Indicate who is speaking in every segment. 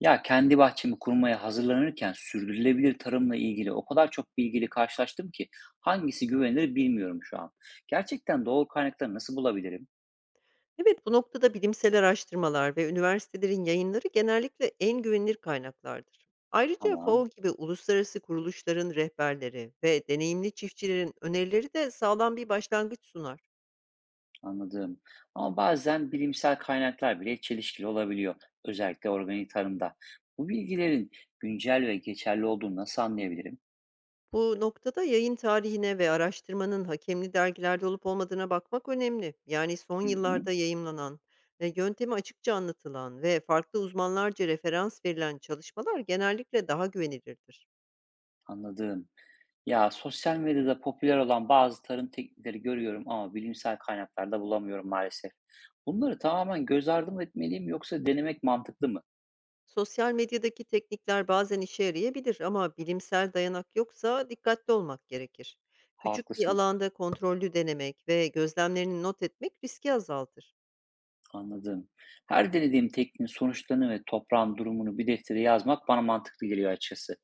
Speaker 1: Ya kendi bahçemi kurmaya hazırlanırken sürdürülebilir tarımla ilgili o kadar çok bilgiyle karşılaştım ki hangisi güvenilir bilmiyorum şu an. Gerçekten doğru kaynakları nasıl bulabilirim?
Speaker 2: Evet, bu noktada bilimsel araştırmalar ve üniversitelerin yayınları genellikle en güvenilir kaynaklardır. Ayrıca
Speaker 1: Tamam,
Speaker 2: FAO gibi uluslararası kuruluşların rehberleri ve deneyimli çiftçilerin önerileri de sağlam bir başlangıç sunar.
Speaker 1: anladım. Ama bazen bilimsel kaynaklar bile çelişkili olabiliyor. Özellikle organik tarımda. Bu bilgilerin güncel ve geçerli olduğunu nasıl anlayabilirim?
Speaker 2: Bu noktada yayın tarihine ve araştırmanın hakemli dergilerde olup olmadığına bakmak önemli. Yani son
Speaker 1: Hı hı,
Speaker 2: yıllarda yayımlanan ve yöntemi açıkça anlatılan ve farklı uzmanlarca referans verilen çalışmalar genellikle daha güvenilirdir.
Speaker 1: anladım. Ya, sosyal medyada popüler olan bazı tarım teknikleri görüyorum ama bilimsel kaynaklarda bulamıyorum maalesef. Bunları tamamen göz ardı mı etmeliyim yoksa denemek mantıklı mı?
Speaker 2: Sosyal medyadaki teknikler bazen işe yarayabilir ama bilimsel dayanak yoksa dikkatli olmak gerekir. Küçük bir
Speaker 1: Haklısın,
Speaker 2: alanda kontrollü denemek ve gözlemlerini not etmek riski azaltır.
Speaker 1: anladım. Her denediğim tekniğin sonuçlarını ve toprağın durumunu bir deftere yazmak bana mantıklı geliyor açıkçası.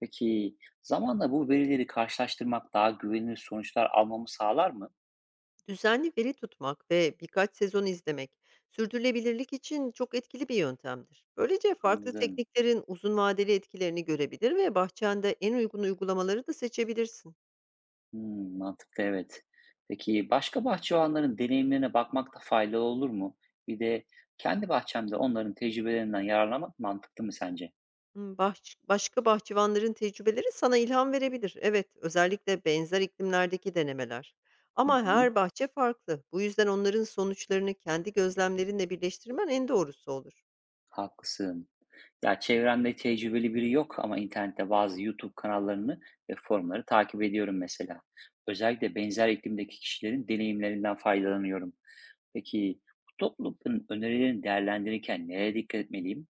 Speaker 1: Peki zamanla bu verileri karşılaştırmak daha güvenilir sonuçlar almamı sağlar mı?
Speaker 2: Düzenli veri tutmak ve birkaç sezon izlemek sürdürülebilirlik için çok etkili bir yöntemdir. Böylece farklı
Speaker 1: Anladım.
Speaker 2: tekniklerin uzun vadeli etkilerini görebilir ve bahçende en uygun uygulamaları da seçebilirsin.
Speaker 1: Hımm, mantıklı, evet. Peki, başka bahçıvanların deneyimlerine bakmak da faydalı olur mu? Bir de kendi bahçemde onların tecrübelerinden yararlanmak mantıklı mı sence?
Speaker 2: Hımm, başka bahçıvanların tecrübeleri sana ilham verebilir. Evet, özellikle benzer iklimlerdeki denemeler.
Speaker 1: Hı
Speaker 2: Ama
Speaker 1: hı,
Speaker 2: her bahçe farklı. Bu yüzden onların sonuçlarını kendi gözlemlerinle birleştirmen en doğrusu olur.
Speaker 1: haklısın. Ya, çevremde tecrübeli biri yok ama internette bazı YouTube kanallarını ve forumları takip ediyorum mesela. Özellikle benzer iklimdeki kişilerin deneyimlerinden faydalanıyorum. Peki, bu toplulukların önerilerini değerlendirirken nereye dikkat etmeliyim?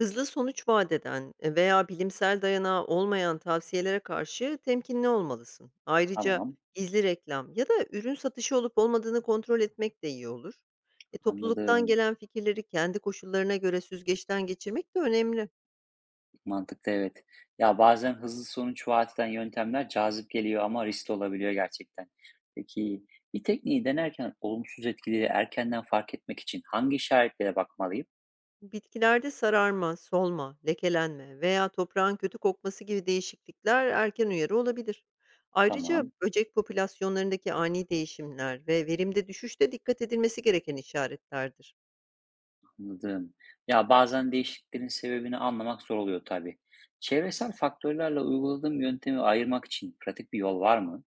Speaker 2: Hızlı sonuç vaat eden veya bilimsel dayanağı olmayan tavsiyelere karşı temkinli olmalısın. Ayrıca
Speaker 1: Tamam,
Speaker 2: gizli reklam ya da ürün satışı olup olmadığını kontrol etmek de iyi olur. Topluluktan
Speaker 1: anladım.
Speaker 2: gelen fikirleri kendi koşullarına göre süzgeçten geçirmek de önemli.
Speaker 1: Mantıklı, evet. Ya, bazen hızlı sonuç vaat eden yöntemler cazip geliyor ama riskli olabiliyor gerçekten. Peki, bir tekniği denerken olumsuz etkileri erkenden fark etmek için hangi işaretlere bakmalıyım?
Speaker 2: Bitkilerde sararma, solma, lekelenme veya toprağın kötü kokması gibi değişiklikler erken uyarı olabilir. Ayrıca
Speaker 1: Tamam,
Speaker 2: böcek popülasyonlarındaki ani değişimler ve verimde düşüş de dikkat edilmesi gereken işaretlerdir.
Speaker 1: anladım. Ya, bazen değişikliklerin sebebini anlamak zor oluyor tabii. Çevresel faktörlerle uyguladığım yöntemi ayırmak için pratik bir yol var mı?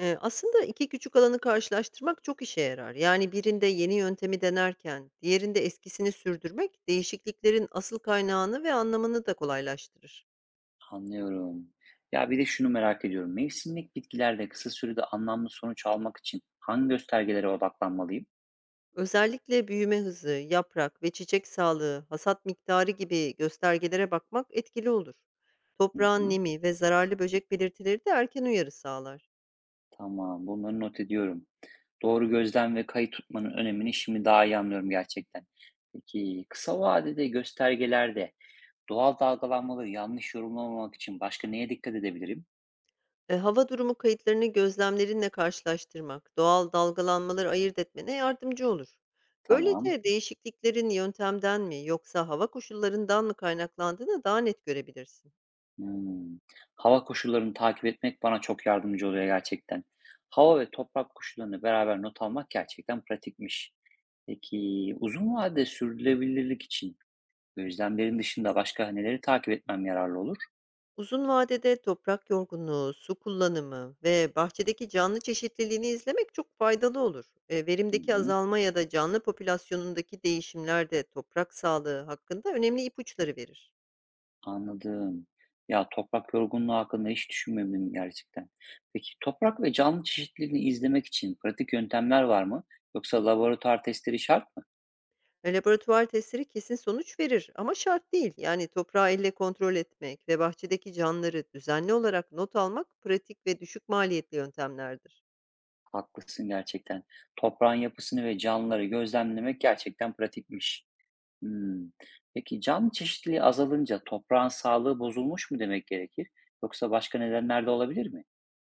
Speaker 2: Aslında iki küçük alanı karşılaştırmak çok işe yarar. Yani birinde yeni yöntemi denerken, diğerinde eskisini sürdürmek değişikliklerin asıl kaynağını ve anlamını da kolaylaştırır.
Speaker 1: Anlıyorum. Ya, bir de şunu merak ediyorum. Mevsimlik bitkilerde kısa sürede anlamlı sonuç almak için hangi göstergelere odaklanmalıyım?
Speaker 2: Özellikle büyüme hızı, yaprak ve çiçek sağlığı, hasat miktarı gibi göstergelere bakmak etkili olur.
Speaker 1: Hı
Speaker 2: Toprağın
Speaker 1: hı.
Speaker 2: nemi ve zararlı böcek belirtileri de erken uyarı sağlar.
Speaker 1: Tamam, bunları not ediyorum. Doğru gözlem ve kayıt tutmanın önemini şimdi daha iyi anlıyorum gerçekten. Peki kısa vadede göstergelerde doğal dalgalanmaları yanlış yorumlamamak için başka neye dikkat edebilirim?
Speaker 2: Hava durumu kayıtlarını gözlemlerinle karşılaştırmak, doğal dalgalanmaları ayırt etmene yardımcı olur.
Speaker 1: Tamam.
Speaker 2: Böylece değişikliklerin yöntemden mi yoksa hava koşullarından mı kaynaklandığını daha net görebilirsin.
Speaker 1: Hmm. Hava koşullarını takip etmek bana çok yardımcı oluyor gerçekten. Hava ve toprak koşullarını beraber not almak gerçekten pratikmiş. Peki uzun vadede sürdürülebilirlik için gözlemlerin dışında başka neleri takip etmem yararlı olur?
Speaker 2: Uzun vadede toprak yorgunluğu, su kullanımı ve bahçedeki canlı çeşitliliğini izlemek çok faydalı olur.
Speaker 1: Hı
Speaker 2: Verimdeki
Speaker 1: hı.
Speaker 2: azalma ya da canlı popülasyonundaki değişimler de toprak sağlığı hakkında önemli ipuçları verir.
Speaker 1: Anladım. Ya, toprak yorgunluğu hakkında hiç düşünmedim gerçekten. Peki toprak ve canlı çeşitliliğini izlemek için pratik yöntemler var mı? Yoksa laboratuvar testleri şart mı?
Speaker 2: Laboratuvar testleri kesin sonuç verir ama şart değil. Yani toprağı elle kontrol etmek ve bahçedeki canlıları düzenli olarak not almak pratik ve düşük maliyetli yöntemlerdir.
Speaker 1: Haklısın gerçekten. Toprağın yapısını ve canlıları gözlemlemek gerçekten pratikmiş. Hmm. Peki canlı çeşitliliği azalınca toprağın sağlığı bozulmuş mu demek gerekir? Yoksa başka nedenler de olabilir mi?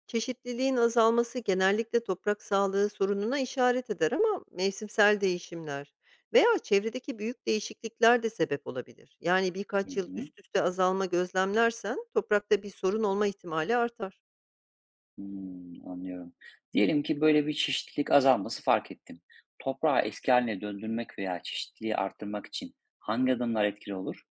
Speaker 2: Çeşitliliğin azalması genellikle toprak sağlığı sorununa işaret eder ama mevsimsel değişimler veya çevredeki büyük değişiklikler de sebep olabilir. Yani
Speaker 1: Hı
Speaker 2: birkaç yıl
Speaker 1: hı.
Speaker 2: üst üste azalma gözlemlersen toprakta bir sorun olma ihtimali artar.
Speaker 1: Hımm, anlıyorum. Diyelim ki böyle bir çeşitlilik azalması fark ettim. Toprağı eski hâline döndürmek veya çeşitliliği arttırmak için hangi adımlar etkili olur?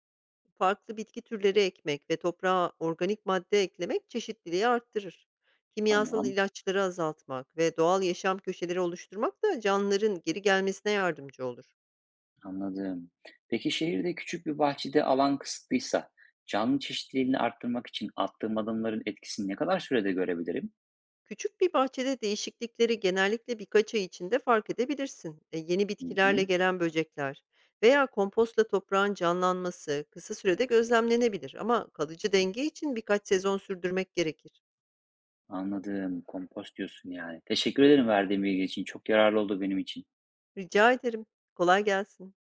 Speaker 2: Farklı bitki türleri ekmek ve toprağa organik madde eklemek çeşitliliği arttırır. Kimyasal
Speaker 1: Tamam,
Speaker 2: ilaçları azaltmak ve doğal yaşam köşeleri oluşturmak da canlıların geri gelmesine yardımcı olur.
Speaker 1: anladım. Peki şehirde küçük bir bahçede alan kısıtlıysa canlı çeşitliliğini arttırmak için attığım adımların etkisini ne kadar sürede görebilirim?
Speaker 2: Küçük bir bahçede değişiklikleri genellikle birkaç ay içinde fark edebilirsin. Yeni
Speaker 1: Hı
Speaker 2: bitkilerle
Speaker 1: hı,
Speaker 2: gelen böcekler veya kompostla toprağın canlanması kısa sürede gözlemlenebilir ama kalıcı denge için birkaç sezon sürdürmek gerekir.
Speaker 1: anladım. Kompost diyorsun yani. Teşekkür ederim verdiğin bilgi için. Çok yararlı oldu benim için.
Speaker 2: Rica ederim. Kolay gelsin.